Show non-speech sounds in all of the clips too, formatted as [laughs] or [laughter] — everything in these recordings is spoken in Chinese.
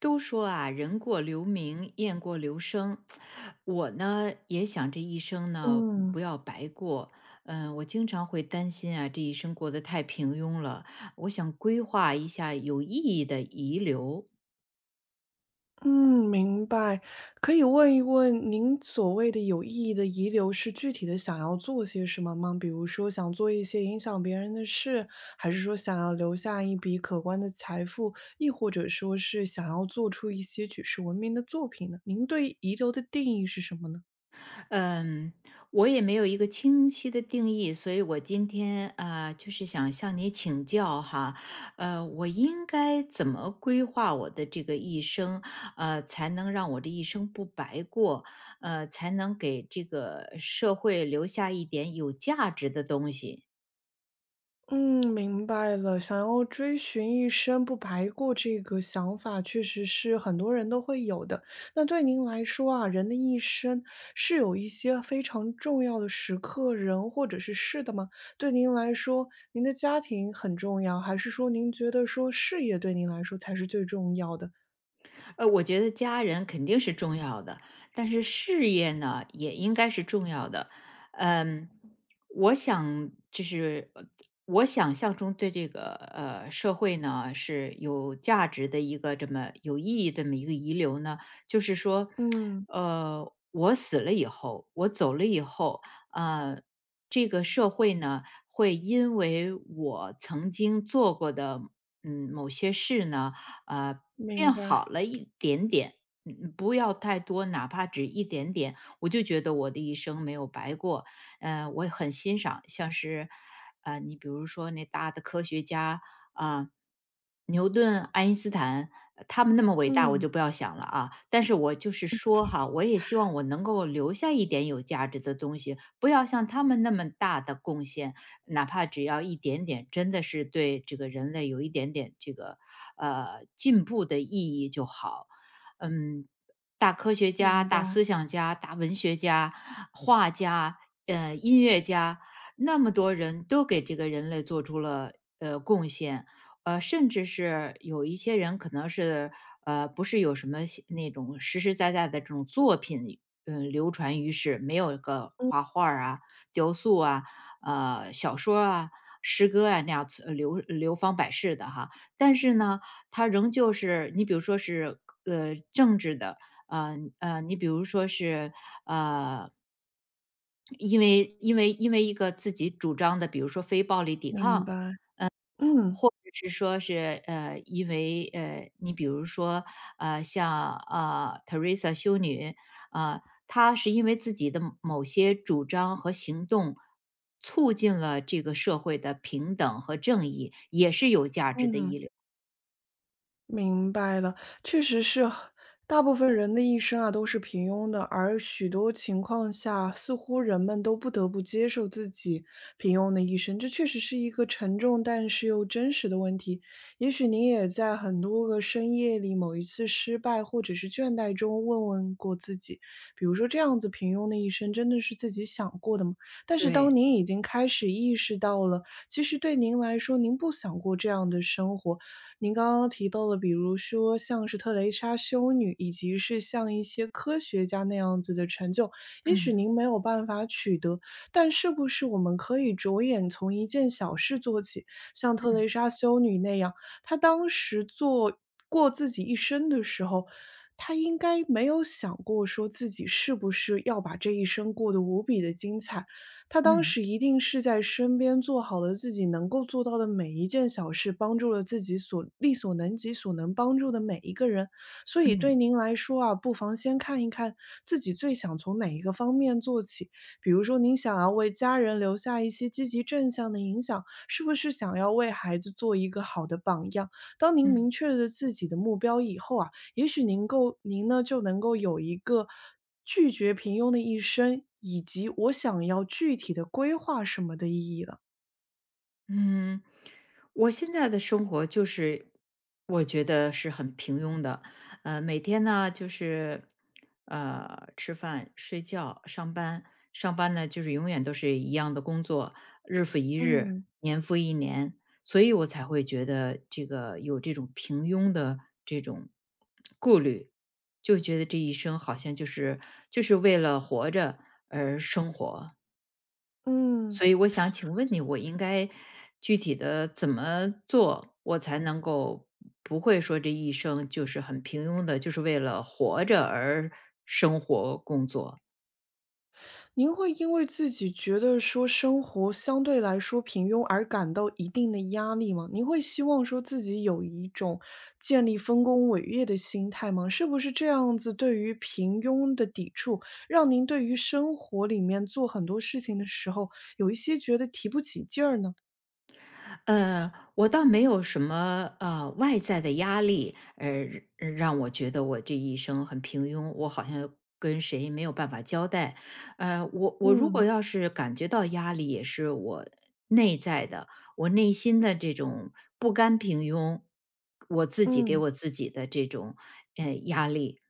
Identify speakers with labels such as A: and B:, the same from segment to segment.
A: 都说啊，人过留名，雁过留声。我呢，也想这一生呢
B: 嗯
A: 不要白过。我经常会担心啊，这一生过得太平庸了。我想规划一下有意义的遗留。
B: 嗯，明白。可以问一问，您所谓的有意义的遗留是具体的想要做些什么吗？比如说想做一些影响别人的事，还是说想要留下一笔可观的财富，亦或者说是想要做出一些举世闻名的作品呢？您对遗留的定义是什么呢？
A: 嗯，我也没有一个清晰的定义，所以我今天就是想向你请教哈，我应该怎么规划我的这个一生，才能让我这一生不白过，才能给这个社会留下一点有价值的东西？
B: 嗯，明白了。想要追寻一生不白过这个想法，确实是很多人都会有的。那对您来说啊，人的一生是有一些非常重要的时刻、人或者是事的吗？对您来说，您的家庭很重要，还是说您觉得说事业对您来说才是最重要的？
A: 我觉得家人肯定是重要的，但是事业呢，也应该是重要的。嗯，我想就是我想象中对这个社会呢是有价值的一个这么有意义这么一个遗留呢，就是说，
B: 嗯，
A: 我死了以后，我走了以后，呃，这个社会呢会因为我曾经做过的某些事呢。呃，
B: 明
A: 变
B: 白。
A: 好了一点点，不要太多，哪怕只一点点，我就觉得我的一生没有白过。我很欣赏，像是，你比如说那大的科学家啊、牛顿、爱因斯坦，他们那么伟大，我
B: 嗯，
A: 就不要想了啊。但是我就是说哈，我也希望我能够留下一点有价值的东西，不要像他们那么大的贡献，哪怕只要一点点，真的是对这个人类有一点点这个进步的意义就好。嗯，大科学家、
B: 明
A: 大
B: 白。
A: 思想家、大文学家、画家、音乐家，那么多人都给这个人类做出了贡献，甚至是有一些人可能是不是有什么写那种实实在在的这种作品，嗯，流传于世，没有个
B: 嗯，
A: 画画儿啊、雕塑啊、小说啊。诗歌啊，那样存流芳百世的哈，但是呢，它仍旧是你比如说是政治的，你比如说是呃因为一个自己主张的，比如说非暴力抵
B: 明
A: 抗，
B: 白。嗯，
A: 或者是说是因为你比如说像Teresa 修女啊、她是因为自己的某些主张和行动。促进了这个社会的平等和正义，也是有价值的一
B: 嗯。
A: 流。
B: 明白了，确实是，大部分人的一生啊都是平庸的，而许多情况下，似乎人们都不得不接受自己平庸的一生，这确实是一个沉重但是又真实的问题。也许您也在很多个深夜里，某一次失败或者是倦怠中问问过自己，比如说这样子平庸的一生真的是自己想过的吗？但是当
A: 对，
B: 您已经开始意识到了，其实对您来说，您不想过这样的生活，您刚刚提到的，比如说像是特蕾莎修女，以及是像一些科学家那样子的成就，也许
A: 嗯
B: 您没有办法取得，但是不是我们可以着眼从一件小事做起，像特蕾莎修女那样，她当时做过自己一生的时候，她应该没有想过说自己是不是要把这一生过得无比的精彩，他当
A: 嗯。
B: 时一定是在身边做好了自己能够做到的每一件小事，帮助了自己所力所能及、所能帮助的每一个人。所以对
A: 嗯
B: 您来说啊，不妨先看一看自己最想从哪一个方面做起。比如说，您想要为家人留下一些积极正向的影响，是不是想要为孩子做一个好的榜样？当您
A: 嗯
B: 明确了自己的目标以后啊，也许您够您呢就能够有一个拒绝平庸的一生，以及我想要具体的规划什么的意义了。
A: 嗯，我现在的生活就是我觉得是很平庸的，每天呢就是吃饭、睡觉、上班，上班呢就是永远都是一样的工作，日复一日，
B: 嗯
A: 年复一年，所以我才会觉得这个有这种平庸的这种顾虑，就觉得这一生好像就是就是为了活着而生活，
B: 嗯。
A: 所以我想请问你，我应该具体的怎么做，我才能够不会说这一生就是很平庸的，就是为了活着而生活工作？
B: 您会因为自己觉得说生活相对来说平庸而感到一定的压力吗？您会希望说自己有一种建立丰功伟业的心态吗？是不是这样子对于平庸的抵触，让您对于生活里面做很多事情的时候，有一些觉得提不起劲儿呢？
A: 我倒没有什么外在的压力，让我觉得我这一生很平庸，我好像跟谁没有办法交代。我如果
B: 嗯
A: 要是感觉到压力，也是我内在的，我内心的这种不甘平庸，我自己给
B: 嗯
A: 我自己的这种压力。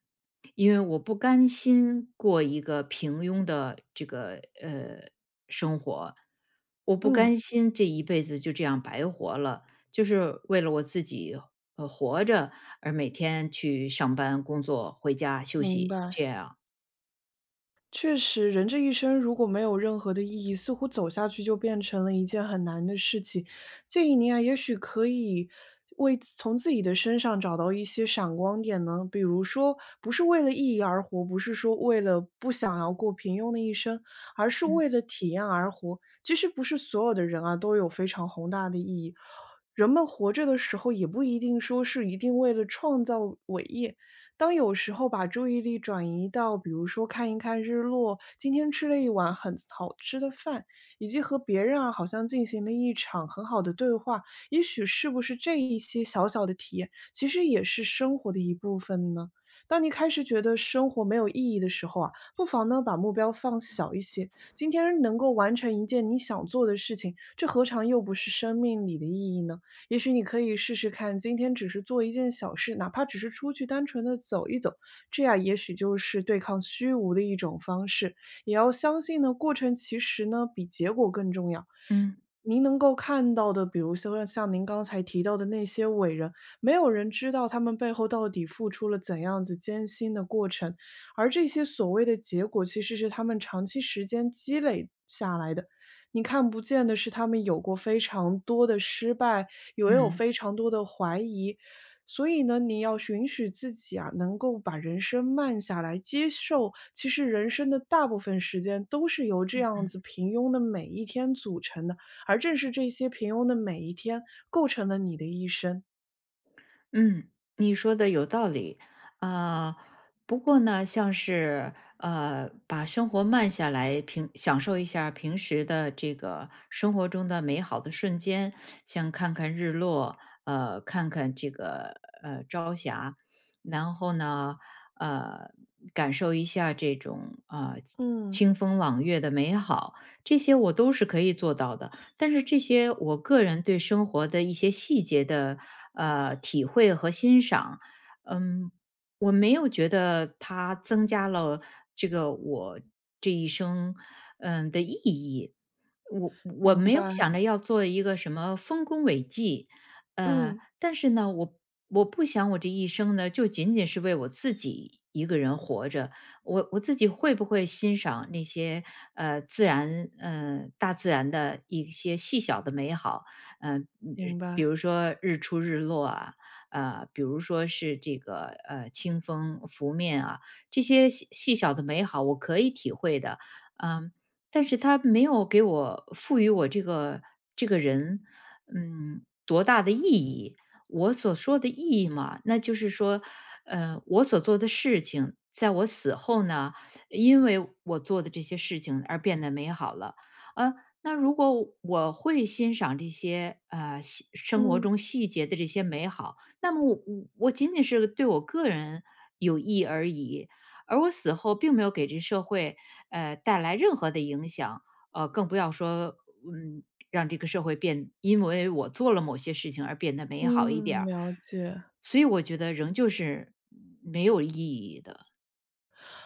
A: 因为我不甘心过一个平庸的这个呃生活，我不
B: 嗯。
A: 甘心这一辈子就这样白活了，就是为了我自己活着而每天去上班、工作、回家休
B: 明
A: 息
B: 白。
A: 这样。
B: 确实，人这一生如果没有任何的意义，似乎走下去就变成了一件很难的事情。建议您啊，也许可以为自从自己的身上找到一些闪光点呢，比如说，不是为了意义而活，不是说为了不想要过平庸的一生，而是
A: 嗯
B: 为了体验而活。其实不是所有的人啊都有非常宏大的意义，人们活着的时候也不一定说是一定为了创造伟业，当有时候把注意力转移到，比如说看一看日落，今天吃了一碗很好吃的饭，以及和别人啊好像进行了一场很好的对话，也许是不是这一些小小的体验，其实也是生活的一部分呢？当你开始觉得生活没有意义的时候啊，不妨呢把目标放小一些。今天能够完成一件你想做的事情，这何尝又不是生命里的意义呢？也许你可以试试看，今天只是做一件小事，哪怕只是出去单纯的走一走，这样也许就是对抗虚无的一种方式。也要相信呢，过程其实呢比结果更重要。
A: 嗯
B: 您能够看到的，比如说像您刚才提到的那些伟人，没有人知道他们背后到底付出了怎样子艰辛的过程，而这些所谓的结果，其实是他们长期时间积累下来的。你看不见的是他们有过非常多的失败，有也有
A: 嗯。
B: 非常多的怀疑。所以呢，你要允许自己啊，能够把人生慢下来，接受其实人生的大部分时间都是由这样子平庸的每一天组成的，而正是这些平庸的每一天，构成了你的一生。
A: 嗯，你说的有道理，啊、不过呢，像是把生活慢下来，平享受一下平时的这个生活中的美好的瞬间，像看看日落，看看这个朝霞，然后呢，呃，感受一下这种啊、
B: 嗯，
A: 清风朗月的美好，这些我都是可以做到的。但是这些我个人对生活的一些细节的体会和欣赏，嗯，我没有觉得它增加了这个我这一生的意义。我
B: 明
A: 没有
B: 白，
A: 想着要做一个什么丰功伟绩，
B: 嗯，
A: 但是呢，我不想我这一生呢就仅仅是为我自己一个人活着，我自己会不会欣赏那些自然大自然的一些细小的美好，呃，嗯
B: 明
A: 比
B: 白，
A: 如说日出日落啊，比如说是这个清风拂面啊，这些细细小的美好我可以体会的，嗯、但是它没有给我赋予我这个这个人多大的意义，我所说的意义嘛，那就是说，我所做的事情，在我死后呢，因为我做的这些事情而变得美好了。呃，那如果我会欣赏这些细生活
B: 嗯，
A: 中细节的这些美好，那么我仅仅是对我个人有益而已，而我死后并没有给这社会带来任何的影响。更不要说，嗯，让这个社会变因为我做了某些事情而变得美好一
B: 嗯，
A: 点儿。
B: 了解。
A: 所以我觉得仍旧是没有意义的。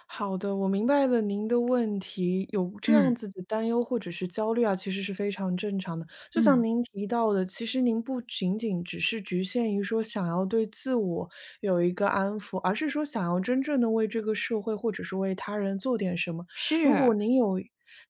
B: 好的，我明白了您的问题，有这样
A: 嗯，
B: 子的担忧或者是焦虑啊，其实是非常正常的。就像
A: 嗯，
B: 您提到的，其实您不仅仅只是局限于说想要对自我有一个安抚，而是说想要真正的为这个社会或者是为他人做点什么。如
A: 是，
B: 果您有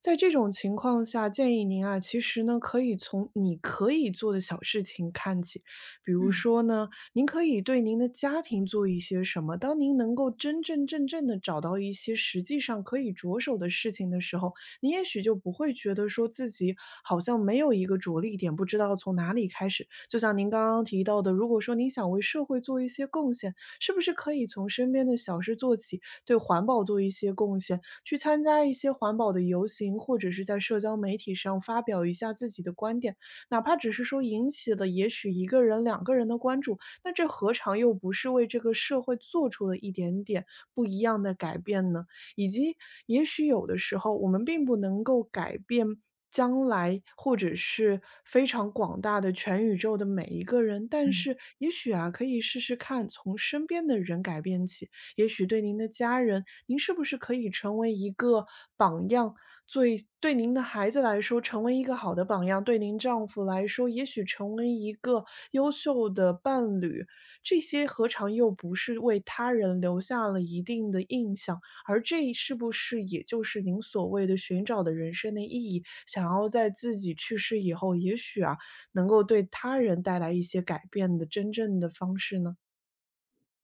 B: 在这种情况下，建议您啊，其实呢，可以从你可以做的小事情看起，比如
A: 嗯，
B: 说呢。您可以对您的家庭做一些什么？当您能够真真正正的找到一些实际上可以着手的事情的时候，你也许就不会觉得说自己好像没有一个着力点，不知道从哪里开始。就像您刚刚提到的，如果说你想为社会做一些贡献，是不是可以从身边的小事做起，对环保做一些贡献，去参加一些环保的游行，或者是在社交媒体上发表一下自己的观点，哪怕只是说引起了也许一个人、两个人的关注，那这何尝又不是为这个社会做出了一点点不一样的改变呢？以及也许有的时候我们并不能够改变将来或者是非常广大的全宇宙的每一个人，但
A: 嗯。
B: 是也许啊，可以试试看从身边的人改变起。也许对您的家人，您是不是可以成为一个榜样，最对您的孩子来说，成为一个好的榜样，对您丈夫来说，也许成为一个优秀的伴侣，这些何尝又不是为他人留下了一定的印象？而这是不是也就是您所谓的寻找的人生的意义？想要在自己去世以后，也许啊，能够对他人带来一些改变的真正的方式呢？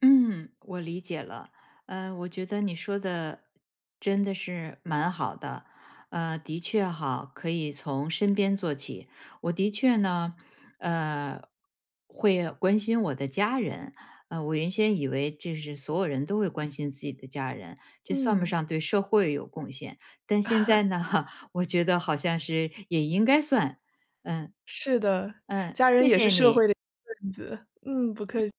A: 嗯，我理解了。嗯，我觉得你说的真的是蛮好的，的确哈，可以从身边做起。我的确呢，呃，会关心我的家人。我原先以为这是所有人都会关心自己的家人，这算不
B: 嗯，
A: 上对社会有贡献。但现在
B: [laughs]
A: 呢，[laughs] 我觉得好像是也应该算。嗯
B: 是的，
A: 嗯，
B: 家人
A: 谢
B: 也是
A: 谢
B: 社
A: 你。
B: 会的一份子。嗯，不客气。